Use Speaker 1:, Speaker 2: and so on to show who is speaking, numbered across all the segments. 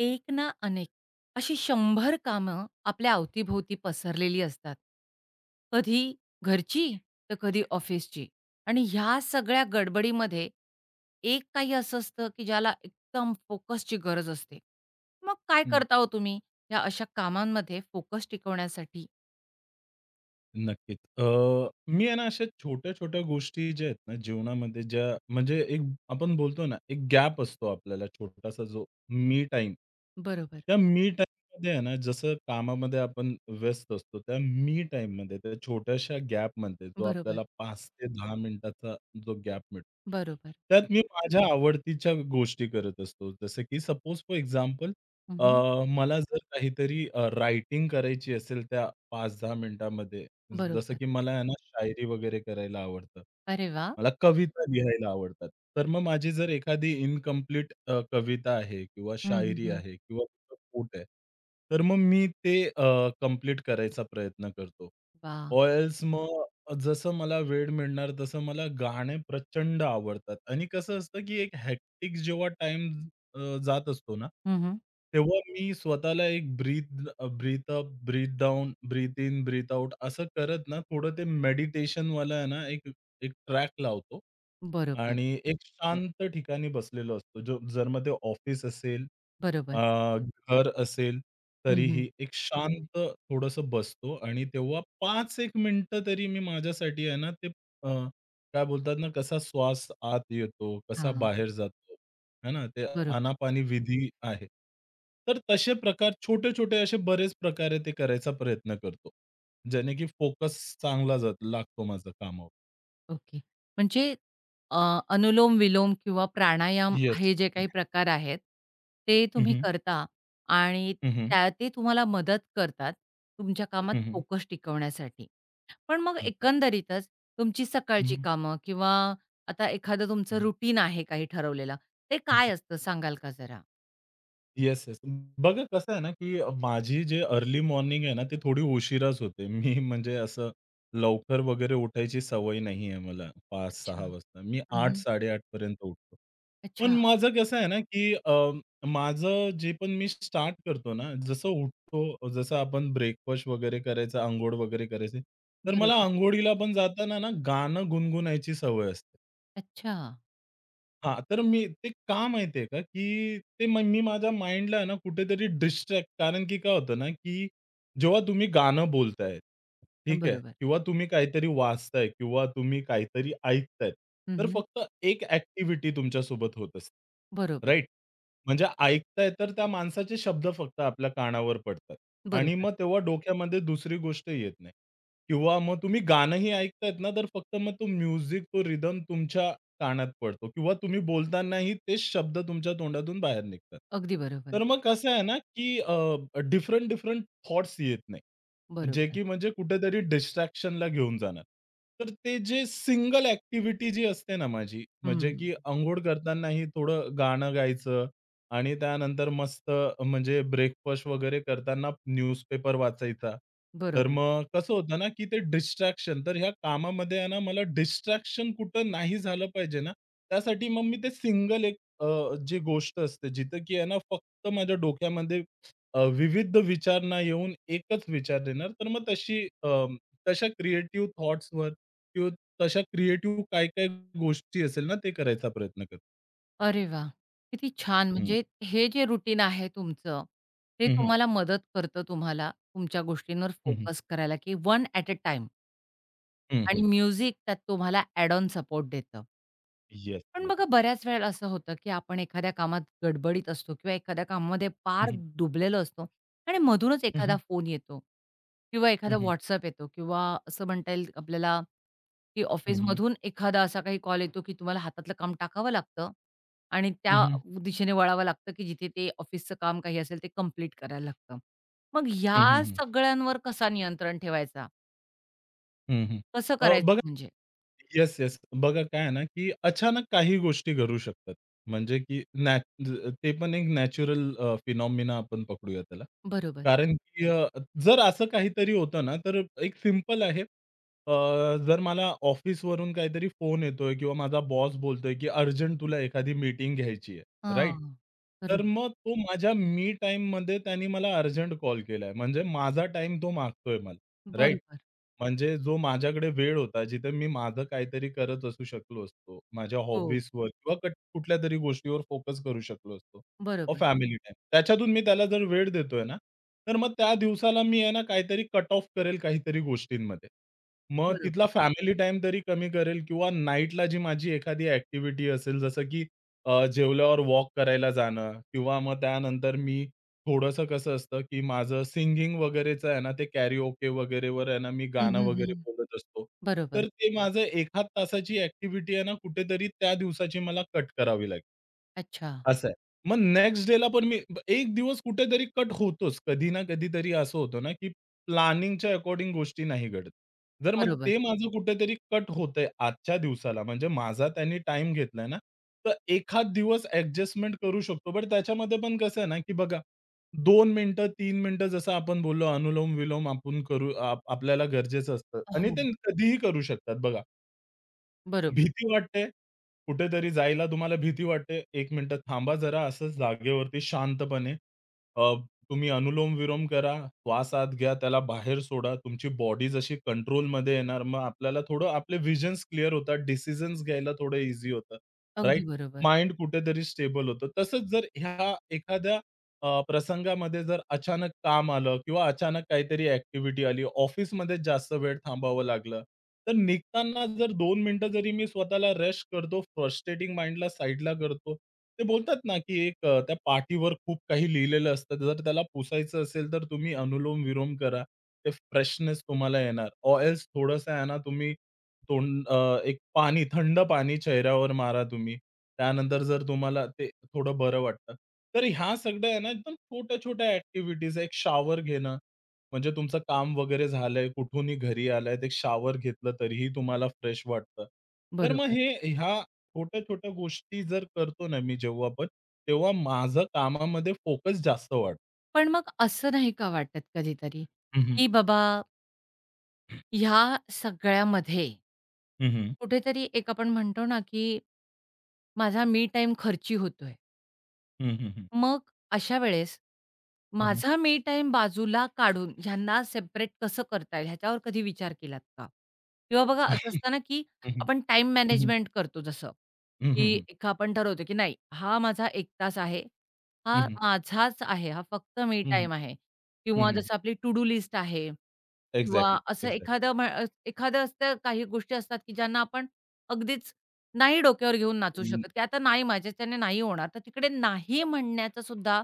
Speaker 1: एक ना अनेक, अशी 100 कामं आपल्या अवतीभोवती पसरलेली असतात. कधी घरची, तर कधी ऑफिसची आणि ह्या सगळ्या गडबडीमध्ये एक काही असं असतं, की ज्याला एकदम फोकसची गरज असते. मग काय
Speaker 2: हं,
Speaker 1: करता हो तुम्ही या अशा कामांमध्ये फोकस टिकवण्यासाठी?
Speaker 2: नक्कीच. मी आहे ना अशा छोट्या-छोट्या गोष्टी ज्या आहेत ना जीवनामध्ये ज्या म्हणजे एक आपण बोलतो ना एक गॅप असतो आपल्याला छोटासा जो मी टाईम.
Speaker 1: बरोबर,
Speaker 2: त्या मी टाईममध्ये आहे ना जसं कामामध्ये आपण व्यस्त असतो, त्या मी टाईममध्ये त्या छोट्याशा गॅपमध्ये जो
Speaker 1: बरोबर,
Speaker 2: आपल्याला 5 ते 10 मिनिटाचा जो गॅप मिळतो.
Speaker 1: बरोबर.
Speaker 2: त्यात मी माझ्या आवडतीच्या गोष्टी करत असतो. जसं की सपोज फॉर एक्झाम्पल
Speaker 1: हं,
Speaker 2: मला जर काहीतरी रायटिंग करायची असेल त्या 5-10 मिनिटामध्ये जसं
Speaker 1: बरोबर.
Speaker 2: की मला आहे ना, शायरी वगैरे करायला आवडतं.
Speaker 1: अरे वाह!
Speaker 2: मला कविता लिहायला आवडतात. तर मग माझी जर एखादी इनकम्प्लीट कविता आहे किंवा
Speaker 1: हं, हं,
Speaker 2: शायरी
Speaker 1: हं.
Speaker 2: आहे किंवा पोट आहे, तर मग मी ते कंप्लीट करायचा प्रयत्न करतो.
Speaker 1: वाह!
Speaker 2: ऑर एल्स मग जसं मला वेळ मिळणार तसं मला गाणे प्रचंड आवडतात आणि कसं असतं की एक हेक्टिक जेव्हा टाईम जात असतो ना, तेव्हा मी स्वतःला एक breathe breathe up, breathe down, breathe in, breathe out असं करत ना, थोडं ते मेडिटेशनवाला आहे ना, एक एक ट्रॅक लावतो
Speaker 1: बरोबर,
Speaker 2: आणि एक शांत ठिकाणी बसलेलो असतो. जो जर मग ते ऑफिस असेल,
Speaker 1: बरोबर.
Speaker 2: अ, घर असेल,
Speaker 1: हं,
Speaker 2: तरीही
Speaker 1: हं.
Speaker 2: एक हं. शांत थोडंसं बसतो आणि तेव्हा 5 एक मिनिटं तरी मी माझ्यासाठी आहे ना, ते अ, काय बोलतात ना, कसा श्वास आत येतो, कसा बाहेर जातो, है ना? ते
Speaker 1: बरोबर.
Speaker 2: आनापानी विधी आहे. तर तसे प्रकार छोटे-छोटे असे बरेच प्रकारे ते करायचा प्रयत्न करतो. ज्याने की फोकस चांगला जात लागतो माझा कामावर.
Speaker 1: ओके. म्हणजे अ, अनुलोम-विलोम किंवा प्राणायाम
Speaker 2: येस.
Speaker 1: हे जे काही प्रकार आहेत, ते
Speaker 2: हं,
Speaker 1: तुम्ही
Speaker 2: हं.
Speaker 1: करता आणि
Speaker 2: हं, हं.
Speaker 1: त्या ते तुम्हाला मदत करतात तुमच्या कामात फोकस टिकवण्यासाठी. पण मग
Speaker 2: अगदी.
Speaker 1: एकंदरीतच तुमची
Speaker 2: हं,
Speaker 1: सकाळची
Speaker 2: हं.
Speaker 1: कामं किंवा आता एखादं
Speaker 2: हं,
Speaker 1: तुमचं
Speaker 2: हं.
Speaker 1: रुटीन आहे काही ठरवलेलं, ते काय असतं सांगाल का जरा?
Speaker 2: Yes, yes. बघा कसं आहे ना, की माझी जे अर्ली मॉर्निंग आहे ना, ती थोडी उशिराच होते. मी म्हणजे असं लवकर वगैरे उठायची सवय नाही आहे मला 5
Speaker 1: अच्छा.
Speaker 2: सहा वाजता. मी आठ
Speaker 1: हं,
Speaker 2: 8:30 पर्यंत उठतो. पण
Speaker 1: अच्छा.
Speaker 2: माझं कसं आहे ना, की माझं जे पण मी स्टार्ट करतो ना, जसं उठतो, जसं आपण ब्रेकफास्ट वगैरे करायचा, अंघोळ वगैरे करायची, तर मला
Speaker 1: बरोबर.
Speaker 2: अंघोळीला पण जाताना ना गाणं गुणगुणायची सवय असते.
Speaker 1: अच्छा.
Speaker 2: हां, तर मी ते का माहिती आहे का, की ते मी माझ्या माइंडला ना कुठेतरी डिस्ट्रॅक्ट कारण की काय होतं ना, की जेव्हा तुम्ही गाणं बोलताय, ठीक आहे?
Speaker 1: बरोबर.
Speaker 2: किंवा तुम्ही काहीतरी वाचताय किंवा तुम्ही काहीतरी ऐकताय, तर
Speaker 1: हं,
Speaker 2: फक्त एक ॲक्टिव्हिटी तुमच्यासोबत होत असते,
Speaker 1: बरोबर,
Speaker 2: राईट? म्हणजे ऐकताय तर त्या माणसाचे शब्द फक्त आपल्या कानावर पडतात आणि
Speaker 1: बरोबर.
Speaker 2: मग तेव्हा डोक्यामध्ये दुसरी गोष्ट येत नाही किंवा मग तुम्ही गाणंही ऐकतायत ना, तर फक्त मग तो म्युझिक, तो रिदम तुमच्या कानात पडतो किंवा तुम्ही बोलतानाही तेच शब्द तुमच्या तोंडातून बाहेर निघतात.
Speaker 1: अगदी बरोबर.
Speaker 2: तर मग कसं आहे ना, की डिफरंट थॉट्स येत नाही. जे
Speaker 1: बरोबर.
Speaker 2: की म्हणजे कुठेतरी डिस्ट्रॅक्शनला घेऊन जाणार. तर ते जे सिंगल ॲक्टिव्हिटी जी असते ना माझी,
Speaker 1: हं.
Speaker 2: म्हणजे की अंघोळ करतानाही थोडं गाणं गायचं आणि त्यानंतर मस्त म्हणजे ब्रेकफास्ट वगैरे करताना न्यूजपेपर वाचायचा. तर
Speaker 1: बरोबर.
Speaker 2: मग कसं होतं ना, की ते डिस्ट्रॅक्शन तर ह्या कामामध्ये आहे ना, मला डिस्ट्रॅक्शन कुठं नाही झालं पाहिजे ना, त्यासाठी मग मी ते सिंगल एक जी गोष्ट असते जिथं की आहे ना, फक्त माझ्या डोक्यामध्ये विविध विचार ना येऊन एकच विचार येणार. तर मग तशी तशा क्रिएटिव्ह थॉट्सवर किंवा तशा क्रिएटिव्ह काय-काय गोष्टी असेल ना, ते करायचा प्रयत्न करतो.
Speaker 1: अरे वा, किती छान.
Speaker 2: हं.
Speaker 1: म्हणजे हे जे रुटीन आहे तुमचं, ते
Speaker 2: हं, हं.
Speaker 1: तुम्हाला मदत करतं तुम्हाला तुमच्या गोष्टींवर
Speaker 2: हं, हं.
Speaker 1: फोकस करायला, की वन ॲट अ टाइम, आणि म्युझिक त्यात तुम्हाला ॲड ऑन सपोर्ट देतं.
Speaker 2: येस,
Speaker 1: पण
Speaker 2: येस.
Speaker 1: बघा बऱ्याच वेळेला असं होतं, की आपण एखाद्या कामात गडबडीत असतो किंवा एखाद्या कामामध्ये
Speaker 2: हं,
Speaker 1: पार
Speaker 2: हं.
Speaker 1: डुबलेलो असतो आणि मधूनच
Speaker 2: हं, हं.
Speaker 1: एखादा फोन येतो किंवा
Speaker 2: हं,
Speaker 1: एखादा
Speaker 2: हं.
Speaker 1: WhatsApp येतो किंवा असं म्हणता येईल आपल्याला, की
Speaker 2: हं, हं.
Speaker 1: ऑफिसमधून एखादा असा काही कॉल येतो, की तुम्हाला हातातलं काम टाकावं लागतं आणि त्या दिशेने वळावं लागतं, की जिथे ते ऑफिसचं काम काही असेल ते कंप्लीट करायला लागतं. मग ह्या सगळ्यांवर कसा नियंत्रण ठेवायचा? कसं
Speaker 2: अ,
Speaker 1: करायचं
Speaker 2: बघा
Speaker 1: म्हणजे?
Speaker 2: Yes, yes. बघा काय आहे ना, की अचानक काही गोष्टी घडू शकतात. म्हणजे की ते पण एक नॅचरल फिनॉमिना आपण पकडूया त्याला.
Speaker 1: बरोबर.
Speaker 2: कारण की जर असं काहीतरी होतं ना, तर एक सिंपल आहे. अ, जर मला ऑफिसवरून काहीतरी फोन येतोय किंवा माझा बॉस बोलतोय, की "अर्जंट तुला एखादी मीटिंग घ्यायची आहे." राइट?
Speaker 1: हां. बरोबर,
Speaker 2: तर मग तो माझ्या मी टाईममध्ये त्याने मला अर्जंट कॉल केलाय. म्हणजे माझा टाईम तो मागतोय मला. राइट?
Speaker 1: बरोबर.
Speaker 2: म्हणजे जो माझ्याकडे वेळ होता, जिथे मी माझं काहीतरी करत असू शकलो असतो. माझ्या
Speaker 1: हो,
Speaker 2: हॉबीजवर किंवा कुठल्यातरी गोष्टीवर फोकस करू शकलो असतो और
Speaker 1: बरोबर.
Speaker 2: Family time. त्याच्यातून मी त्याला जर वेळ देतोय ना, तर मग त्या दिवसाला मी आहे ना काहीतरी कट ऑफ करेल काहीतरी गोष्टींमध्ये. मग तिथला
Speaker 1: बरोबर.
Speaker 2: फॅमिली टाईम तरी कमी करेल किंवा नाईटला जी माझी एखादी ॲक्टिव्हिटी असेल जसं की जेवल्यावर वॉक करायला जाणं किंवा मग त्यानंतर मी थोडंसं कसं असतं, की माझं सिंगिंग वगैरेचं आहे ना, ते कॅरीओके वगैरेवर आहे ना, मी
Speaker 1: हं,
Speaker 2: गाणं
Speaker 1: हं,
Speaker 2: वगैरे
Speaker 1: हं.
Speaker 2: बोलत असतो.
Speaker 1: बरोबर.
Speaker 2: तर ते माझं 1/2 तासाची ॲक्टिव्हिटी आहे ना, कुठेतरी त्या दिवसाची मला कट करावी लागेल.
Speaker 1: अच्छा.
Speaker 2: असं आहे. मग नेक्स्ट डेला पण मी एक दिवस कुठेतरी कट होतोच. कधी ना कधीतरी असं होतं ना, की प्लॅनिंगच्या अकॉर्डिंग गोष्टी नाही घडत. जर मग
Speaker 1: बरोबर.
Speaker 2: ते माझं कुठेतरी कट होतंय आजच्या दिवसाला, म्हणजे माझा त्यांनी टाईम घेतलाय ना, तर एखाद दिवस ॲडजस्टमेंट करू शकतो. बट त्याच्यामध्ये पण कसं आहे ना, की बघा 2 मिनिटं, 3 मिनिटं जसं आपण बोललो अनुलोम-विलोम आपण करू आपल्याला गरजेचं असतं आणि
Speaker 1: हो.
Speaker 2: ते कधीही करू शकतात बघा.
Speaker 1: बरोबर.
Speaker 2: भीती वाटते. कुठेतरी जायला तुम्हाला भीती वाटते. 1 मिनिटं थांबा जरा असंच जागेवरती शांतपणे. अ, तुम्ही अनुलोम-विलोम करा. श्वास आत घ्या, त्याला बाहेर सोडा. तुमची बॉडी जशी कंट्रोलमध्ये येणार, मग आपल्याला थोडं आपले विजन्स क्लिअर होतात. डिसिजन्स घ्यायला थोडं ईझी होतं. राइट?
Speaker 1: अगदी बरोबर.
Speaker 2: माइंड कुठेतरी स्टेबल होतं. तसंच जर ह्या एखाद्या प्रसंगामध्ये जर अचानक काम आलं किंवा अचानक काहीतरी ॲक्टिव्हिटी आली, ऑफिसमध्ये जास्त वेळ थांबावं लागलं, तर निघताना जर दोन मिनिटं जरी मी स्वतःला रेस्ट करतो, फ्रस्ट्रेटिंग माइंडला साइडला करतो. ते बोलतात ना, की एक त्या पाटीवर खूप काही लिहिलेलं असतं. जर त्याला पुसायचं असेल, तर तुम्ही अनुलोम-विलोम करा. ते फ्रेशनेस तुम्हाला येणार. ऑर एल्स थोडंसं आहे ना, तुम्ही तोंड एक पाणी, थंड पाणी चेहऱ्यावर मारा तुम्ही. त्यानंतर जर तुम्हाला ते थोडं बरं वाटतं. तर ह्या सगळ्या आहे ना एकदम छोट्या-छोट्या ॲक्टिव्हिटीज एक शावर घेणं, म्हणजे तुमचं काम वगैरे झालंय, कुठूनही घरी आलायत, एक शावर घेतलं तरीही तुम्हाला फ्रेश वाटतं. तर मग
Speaker 1: बरोबर.
Speaker 2: हे ह्या छोट्या-छोट्या गोष्टी जर करतो ना मी जेव्हा पण, तेव्हा माझं कामामध्ये फोकस जास्त वाढतो.
Speaker 1: पण मग असं नाही का वाटत कधीतरी,
Speaker 2: हं, हं.
Speaker 1: की बाबा ह्या सगळ्यामध्ये
Speaker 2: हं, हं.
Speaker 1: कुठेतरी एक आपण म्हणतो ना, की माझा मी टाईम खर्ची होतोय?
Speaker 2: हं, हं, हं.
Speaker 1: मग अशा वेळेस
Speaker 2: हं, हं.
Speaker 1: माझा मी टाईम बाजूला काढून ह्यांना सेपरेट कसं करता येईल ह्याच्यावर कधी विचार केलात का? किंवा बघा असं असतं
Speaker 2: हं,
Speaker 1: ना, की
Speaker 2: हं.
Speaker 1: आपण टाईम
Speaker 2: हं, हं.
Speaker 1: मॅनेजमेंट करतो जसं,
Speaker 2: हं,
Speaker 1: की
Speaker 2: हं.
Speaker 1: एक आपण ठरवतो, की नाही हा माझा 1 तास आहे. हा माझाच आहे. हा फक्त मी टाईम आहे. किंवा जसं आपली टू डू लिस्ट आहे किंवा
Speaker 2: एक्झॅक्टली,
Speaker 1: असं
Speaker 2: एक्झॅक्टली.
Speaker 1: एखादं एखादं असतं काही गोष्टी असतात, की ज्यांना आपण अगदीच नाही डोक्यावर घेऊन नाचू
Speaker 2: हं,
Speaker 1: शकत, की आता नाही माझ्याच्याने नाही होणार. तर तिकडे नाही म्हणण्याचं सुद्धा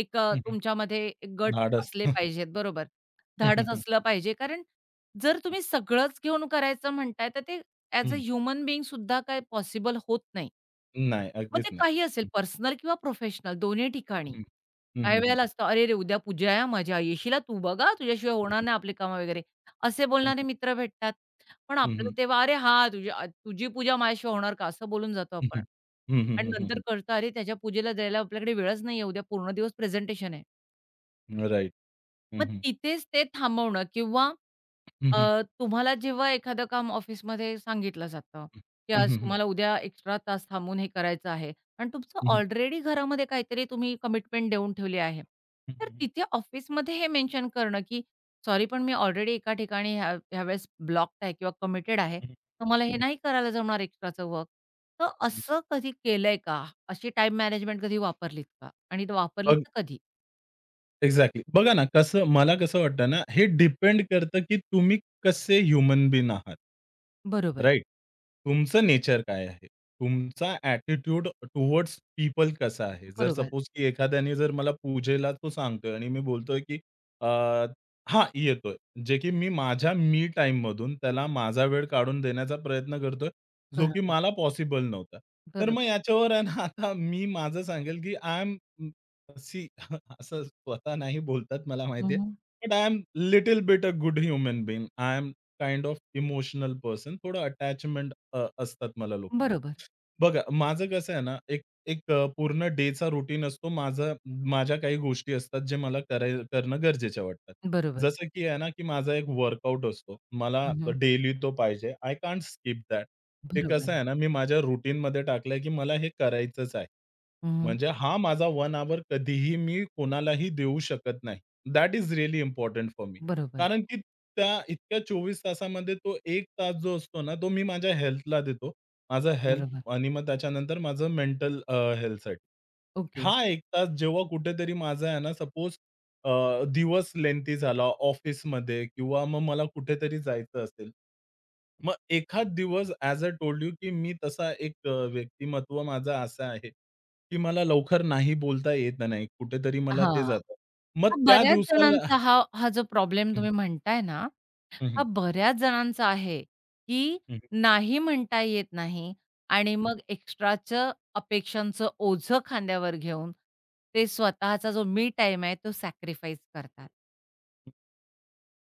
Speaker 1: एक
Speaker 2: हं, हं.
Speaker 1: तुमच्यामध्ये गट
Speaker 2: धाडस.
Speaker 1: असले पाहिजेत, बरोबर.
Speaker 2: हं, हं,
Speaker 1: धाडस
Speaker 2: हं.
Speaker 1: असलं पाहिजे. कारण जर तुम्ही सगळंच घेऊन करायचं म्हणताय, तर ते ॲज अ
Speaker 2: हं.
Speaker 1: ह्युमन बीइंग सुद्धा काय पॉसिबल होत नाही.
Speaker 2: नाही,
Speaker 1: मग
Speaker 2: अगदीच
Speaker 1: ते
Speaker 2: नाही.
Speaker 1: काही असेल
Speaker 2: हं,
Speaker 1: पर्सनल किंवा प्रोफेशनल दोन्ही
Speaker 2: हं,
Speaker 1: ठिकाणी.
Speaker 2: हं,
Speaker 1: काही
Speaker 2: हं, हं,
Speaker 1: वेळेला
Speaker 2: हं,
Speaker 1: असतं, "अरे रे! उद्या पूजा आहे हां माझी. तू बघ हां, तुझ्याशिवाय होणार
Speaker 2: हं,
Speaker 1: नाही आपली कामं वगैरे." असे
Speaker 2: हं,
Speaker 1: बोलणारे मित्र भेटतात. पण
Speaker 2: हं,
Speaker 1: आपल्याला
Speaker 2: हं,
Speaker 1: तेव्हा "अरे हां, तुझी तुझी पूजा माझ्याशिवाय होणार का?" असं बोलून जातो आपण.
Speaker 2: हं,
Speaker 1: आणि
Speaker 2: हं,
Speaker 1: नंतर
Speaker 2: हं,
Speaker 1: कळतं, "अरे त्याच्या पूजेला जायला आपल्याकडे वेळच नाहीये. उद्या पूर्ण दिवस प्रेझेंटेशन आहे."
Speaker 2: हं. राइट.
Speaker 1: मग
Speaker 2: हं,
Speaker 1: तिथेच ते थांबवणं किंवा
Speaker 2: हं, हं,
Speaker 1: तुम्हाला जेव्हा एखादं काम ऑफिसमध्ये सांगितलं जातं, की
Speaker 2: हं, हं,
Speaker 1: आज
Speaker 2: हं, हं, हं,
Speaker 1: तुम्हाला उद्या एक्स्ट्रा तास थांबून हे करायचं आहे आणि तुमचं
Speaker 2: हं,
Speaker 1: ऑलरेडी घरामध्ये काहीतरी तुम्ही कमिटमेंट देऊन ठेवली आहे. तर
Speaker 2: हं,
Speaker 1: तिथे ऑफिसमध्ये हे मेन्शन करणं, की "सॉरी पण मी ऑलरेडी एका ठिकाणी ह्या ह्यावेळेस ब्लॉक्ड आहे किंवा कमिटेड आहे,
Speaker 2: हं, हं,
Speaker 1: तर
Speaker 2: हं,
Speaker 1: मला हे
Speaker 2: हं.
Speaker 1: नाही करायला जमणार एक्स्ट्राचं वर्क." तर असं कधी केलंय का? अशी टाईम मॅनेजमेंट कधी वापरलीत का? आणि वापरलीत
Speaker 2: बघ
Speaker 1: तर कधी?
Speaker 2: एक्झॅक्टली. बघा ना, मला कसं वाटतं ना, हे डिपेंड करतं, की तुम्ही कसे ह्युमन बीइंग आहात.
Speaker 1: बरोबर,
Speaker 2: राइट? तुमचं नेचर काय आहे? तुमचा ॲटिट्यूड टुवर्ड्स पीपल कसा आहे? जर
Speaker 1: बरोबर,
Speaker 2: सपोज की एखाद्याने जर मला पूजेला तो सांगतोय आणि मी बोलतोय, की अ, हां, येतोय. जे की मी माझ्या मी टाईममधून त्याला माझा वेळ काढून देण्याचा प्रयत्न करतोय, जो की
Speaker 1: बरोबर.
Speaker 2: मला पॉसिबल नव्हता. तर मग
Speaker 1: बरोबर.
Speaker 2: याच्यावर आहे ना, आता मी माझं सांगेल, की आय एम सी असं स्वतः नाही बोलतात मला माहिती
Speaker 1: हं,
Speaker 2: आहे.
Speaker 1: हं.
Speaker 2: But I am little bit a good human being. I am kind of emotional person. थोडं अटॅचमेंट असतात मला लोकांना.
Speaker 1: बरोबर,
Speaker 2: बघा माझं कसं आहे ना, एक एक पूर्ण डेचा रूटीन असतो. माझ्या काही गोष्टी असतात जे मला करणं गरजेच्या वाटतात.
Speaker 1: बरोबर.
Speaker 2: जसं की आहे ना, की माझा एक वर्कआउट असतो. मला
Speaker 1: हं, हं.
Speaker 2: डेली तो पाहिजे. I can't skip that. ते कसं
Speaker 1: बरोबर.
Speaker 2: आहे ना, मी माझ्या रूटीनमध्ये टाकलंय, की मला हे करायचंच आहे.
Speaker 1: हं, हं.
Speaker 2: म्हणजे हा माझा 1 हॉवर कधीही मी कोणालाही देऊ शकत नाही. That is really important for me.
Speaker 1: बरोबर,
Speaker 2: कारण की त्या इतक्या 24 तासामध्ये तो एक तास जो असतो ना, तो मी माझ्या हेल्थला देतो. माझा हेल्थ
Speaker 1: बरोबर.
Speaker 2: आणि मग त्याच्यानंतर माझं मेंटल हेल्थसाठी.
Speaker 1: ओके.
Speaker 2: हा 1 तास जेव्हा कुठेतरी माझा आहे ना सपोज दिवस लेंथी झाला ऑफिसमध्ये किंवा मग मला कुठेतरी जायचं असेल. मग एखाद दिवस ॲज आय टोल्ड यू, की मी तसा एक व्यक्तिमत्व माझं असं आहे, की मला लवकर नाही बोलता येत नाही. कुठेतरी मला ते
Speaker 1: हां.
Speaker 2: जातं. मग
Speaker 1: हा
Speaker 2: त्या
Speaker 1: बऱ्याच
Speaker 2: दिवसाला
Speaker 1: जणांचा हा हा जो प्रॉब्लेम
Speaker 2: हं,
Speaker 1: तुम्ही म्हणताय ना,
Speaker 2: हं,
Speaker 1: हा
Speaker 2: हं,
Speaker 1: बऱ्याच जणांचा आहे, की
Speaker 2: हं,
Speaker 1: नाही म्हणता येत नाही आणि
Speaker 2: हं.
Speaker 1: मग एक्स्ट्राचं अपेक्षांचं ओझं खांद्यावर घेऊन ते स्वतःचा जो मी टाईम आहे, तो सॅक्रिफाईस करतात.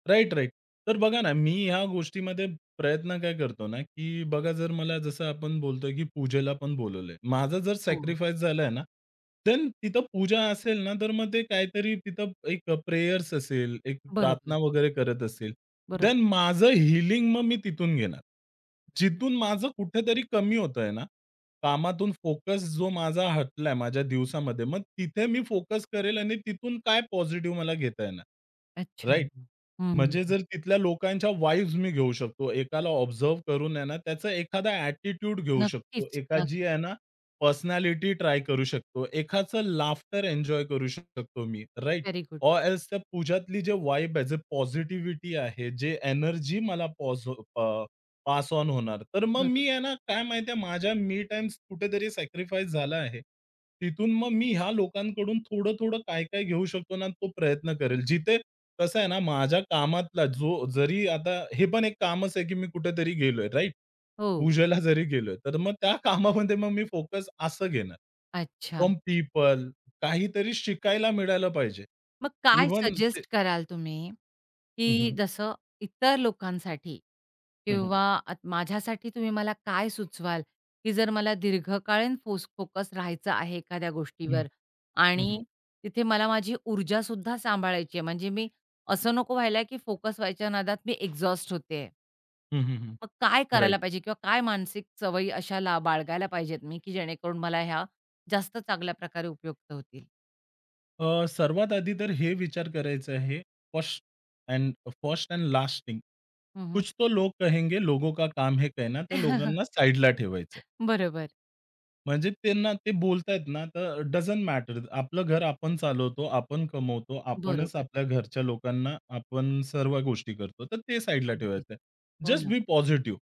Speaker 2: Right, right. तर बघा ना, मी ह्या गोष्टीमध्ये प्रयत्न काय करतो ना, की बघा जर मला जसं आपण बोलतोय, की पूजेला पण बोलवलंय. माझा जर
Speaker 1: हो.
Speaker 2: सॅक्रिफाईस झालाय ना, देन तिथं पूजा असेल ना, तर मग ते काहीतरी तिथं एक प्रेयर्स असेल, एक प्रार्थना
Speaker 1: बरोबर,
Speaker 2: वगैरे करत असेल. देन
Speaker 1: बरोबर.
Speaker 2: माझं हीलिंग मग मी तिथून घेणार. जिथून माझं कुठेतरी कमी होतंय ना, कामातून फोकस जो माझा हटलाय माझ्या दिवसामध्ये, मग तिथे मी फोकस करेल आणि तिथून काय पॉझिटिव्ह मला घेता येणार.
Speaker 1: अच्छा.
Speaker 2: राइट?
Speaker 1: हं,
Speaker 2: म्हणजे जर तिथल्या लोकांच्या वाइब्स मी घेऊ शकतो. एकाला ऑब्झर्व्ह करून आहे ना, त्याचा एखादा ॲटिट्यूड घेऊ शकतो.
Speaker 1: नक्कीच,
Speaker 2: एकाची
Speaker 1: नक्की.
Speaker 2: आहे ना, पर्सनॅलिटी ट्राय करू शकतो. एकाचं लाफ्टर एन्जॉय करू शकतो मी, right?
Speaker 1: Very good.
Speaker 2: Or else त्या पूजातली जे वाइब आहे, जे पॉझिटिव्हिटी आहे, जे एनर्जी मला पास ऑन होणार. तर मग मी
Speaker 1: बरोबर.
Speaker 2: आहे ना, काय माहिती माझ्या मी टाईम कुठेतरी सॅक्रिफाईस झाला आहे. तिथून मग मी ह्या लोकांकडून थोडं-थोडं काय-काय घेऊ शकतो ना, तो प्रयत्न करेल. जिथे कसं आहे ना, माझ्या कामातला जो जरी आता हे पण एक कामच आहे, की मी कुठेतरी गेलोय, राइट?
Speaker 1: हो.
Speaker 2: पूजेला जरी गेलोय, तर मग त्या कामामध्ये मग मी फोकस असं घेणार.
Speaker 1: अच्छा.
Speaker 2: फ्रॉम पीपल काहीतरी शिकायला मिळालं पाहिजे.
Speaker 1: मग काय
Speaker 2: इव्हन ते
Speaker 1: सजेस्ट कराल तुम्ही,
Speaker 2: हं,
Speaker 1: की
Speaker 2: हं.
Speaker 1: जसं इतर लोकांसाठी
Speaker 2: हं, हं.
Speaker 1: किंवा आत माझ्यासाठी तुम्ही मला काय सुचवाल, की जर मला दीर्घकालीन फोकस राहायचं आहे एखाद्या
Speaker 2: हं,
Speaker 1: गोष्टीवर
Speaker 2: हं, हं.
Speaker 1: आणि तिथे मला माझी ऊर्जासुद्धा सांभाळायची आहे. म्हणजे मी असं नको व्हायला, की फोकस व्हायच्या नादात मी एक्झॉस्ट होतेय.
Speaker 2: हं, हं,
Speaker 1: मग काय करायला
Speaker 2: राइट.
Speaker 1: पाहिजे किंवा काय मानसिक सवयी ला बाळगायला पाहिजेत मी, की जेणेकरून मला ह्या जास्त चांगल्या प्रकारे उपयुक्त होतील?
Speaker 2: सर्वात आधी तर हे विचार करायचं आहे, first and first and last
Speaker 1: हं,
Speaker 2: कुछ तो लोग कहेंगे, लोगों का काम हे कहना, त्या लोकांना साइडला ठेवायचं.
Speaker 1: बरोबर.
Speaker 2: म्हणजे त्यांना ते बोलतायत ना, तर डझंट मॅटर. आपलं घर आपण चालवतो, आपण कमवतो, आपणच
Speaker 1: बरोबर.
Speaker 2: आपल्या घरच्या लोकांना आपण सर्व गोष्टी करतो. तर ते साइडला
Speaker 1: अगदी.
Speaker 2: ठेवायचं
Speaker 1: हो
Speaker 2: जस्ट
Speaker 1: ना.
Speaker 2: Be positive.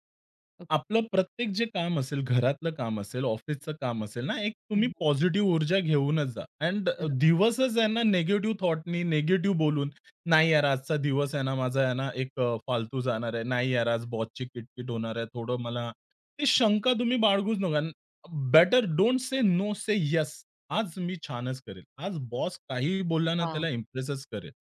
Speaker 1: ओके.
Speaker 2: आपलं प्रत्येक जे काम असेल, घरातलं काम असेल, ऑफिसचं काम असेल ना, एक
Speaker 1: हं,
Speaker 2: तुम्ही
Speaker 1: हं.
Speaker 2: पॉझिटिव्ह ऊर्जा घेऊनच जा. अँड
Speaker 1: बरोबर.
Speaker 2: दिवसच आहे ना निगेटिव्ह थॉटनी, निगेटिव्ह बोलून, "नाही यार, आजचा दिवस आहे ना माझा आहे ना एक फालतू जाणार आहे. नाही यार, आज बॉसची किटकिट होणार आहे. थोडं मला" ती शंका तुम्ही बाळगूच नका. Better don't say no, say yes, आज मी छानच करेल. आज बॉस काहीही बोलला ना
Speaker 1: वाह!
Speaker 2: त्याला इम्प्रेसच करेल.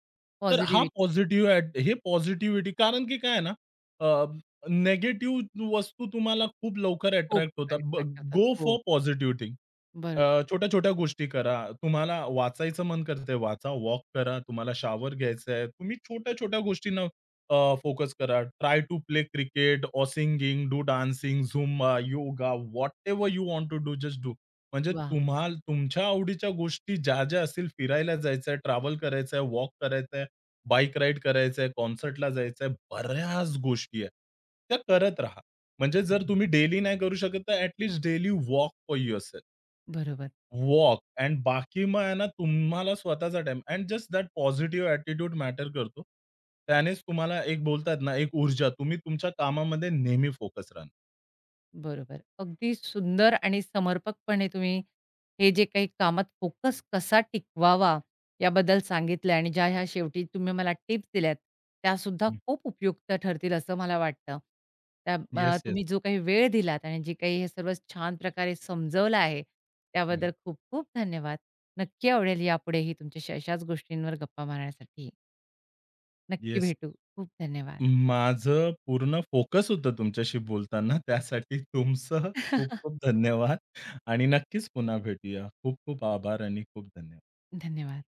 Speaker 2: तर हा
Speaker 1: पॉझिटिव्हिटी
Speaker 2: पॉझिटिव्ह ॲट हे पॉझिटिव्हिटी कारण की काय आहे ना, अ, निगेटिव्ह वस्तू तुम्हाला खूप लवकर
Speaker 1: खूप
Speaker 2: अट्रॅक्ट होतात.
Speaker 1: attract करतात.
Speaker 2: गो
Speaker 1: हो.
Speaker 2: For positive thing.
Speaker 1: बरोबर.
Speaker 2: छोट्या-छोट्या गोष्टी करा. तुम्हाला वाचायचं मन करतंय, वाचा. वॉक करा. तुम्हाला शॉवर घ्यायचा आहे. तुम्ही छोट्या-छोट्या गोष्टींना फोकस करा. Try to play cricket or singing, do dancing, Zumba, yoga, whatever you want to do, just do. म्हणजे
Speaker 1: वा,
Speaker 2: तुम्हाला तुमच्या आवडीच्या गोष्टी ज्या-ज्या असतील, फिरायला जायचं ट्रॅव्हल करायचं वॉक करायचं बाईक राईड करायचं कॉन्सर्टला जायचं बऱ्याच गोष्टी आहेत. त्या करत राहा. म्हणजे जर तुम्ही डेली नाही करू शकत, तर at daily walk for yourself.
Speaker 1: बरोबर.
Speaker 2: वॉक अँड बाकी मग आहे ना तुम्हाला स्वतःचा time and just that positive attitude matter करतो. त्यानेच तुम्हाला एक बोलतात ना, एक ऊर्जा तुम्ही तुमच्या कामामध्ये नेहमी फोकस राहणार.
Speaker 1: बरोबर. अगदी सुंदर आणि समर्पकपणे तुम्ही हे जे काही कामात फोकस कसा टिकवावा याबद्दल सांगितलं आणि ज्या ह्या शेवटी तुम्ही मला टिप्स दिल्यात, त्यासुद्धा
Speaker 2: हं.
Speaker 1: खूप उपयुक्त ठरतील असं मला वाटतं. त्या
Speaker 2: येस, येस.
Speaker 1: तुम्ही जो काही वेळ दिलात आणि जे काही हे सर्व छान प्रकारे समजवलं आहे, त्याबद्दल खूप-खूप धन्यवाद. नक्की आवडेल यापुढेही तुमच्याशी अशाच गोष्टींवर गप्पा मारण्यासाठी. नक्की
Speaker 2: येस.
Speaker 1: भेटू. खूप धन्यवाद.
Speaker 2: माझं पूर्ण फोकस होतं तुमच्याशी बोलताना. त्यासाठी तुमचं खूप खूप धन्यवाद आणि नक्कीच पुन्हा भेटूया. खूप खूप आभार आणि खूप धन्यवाद.
Speaker 1: धन्यवाद.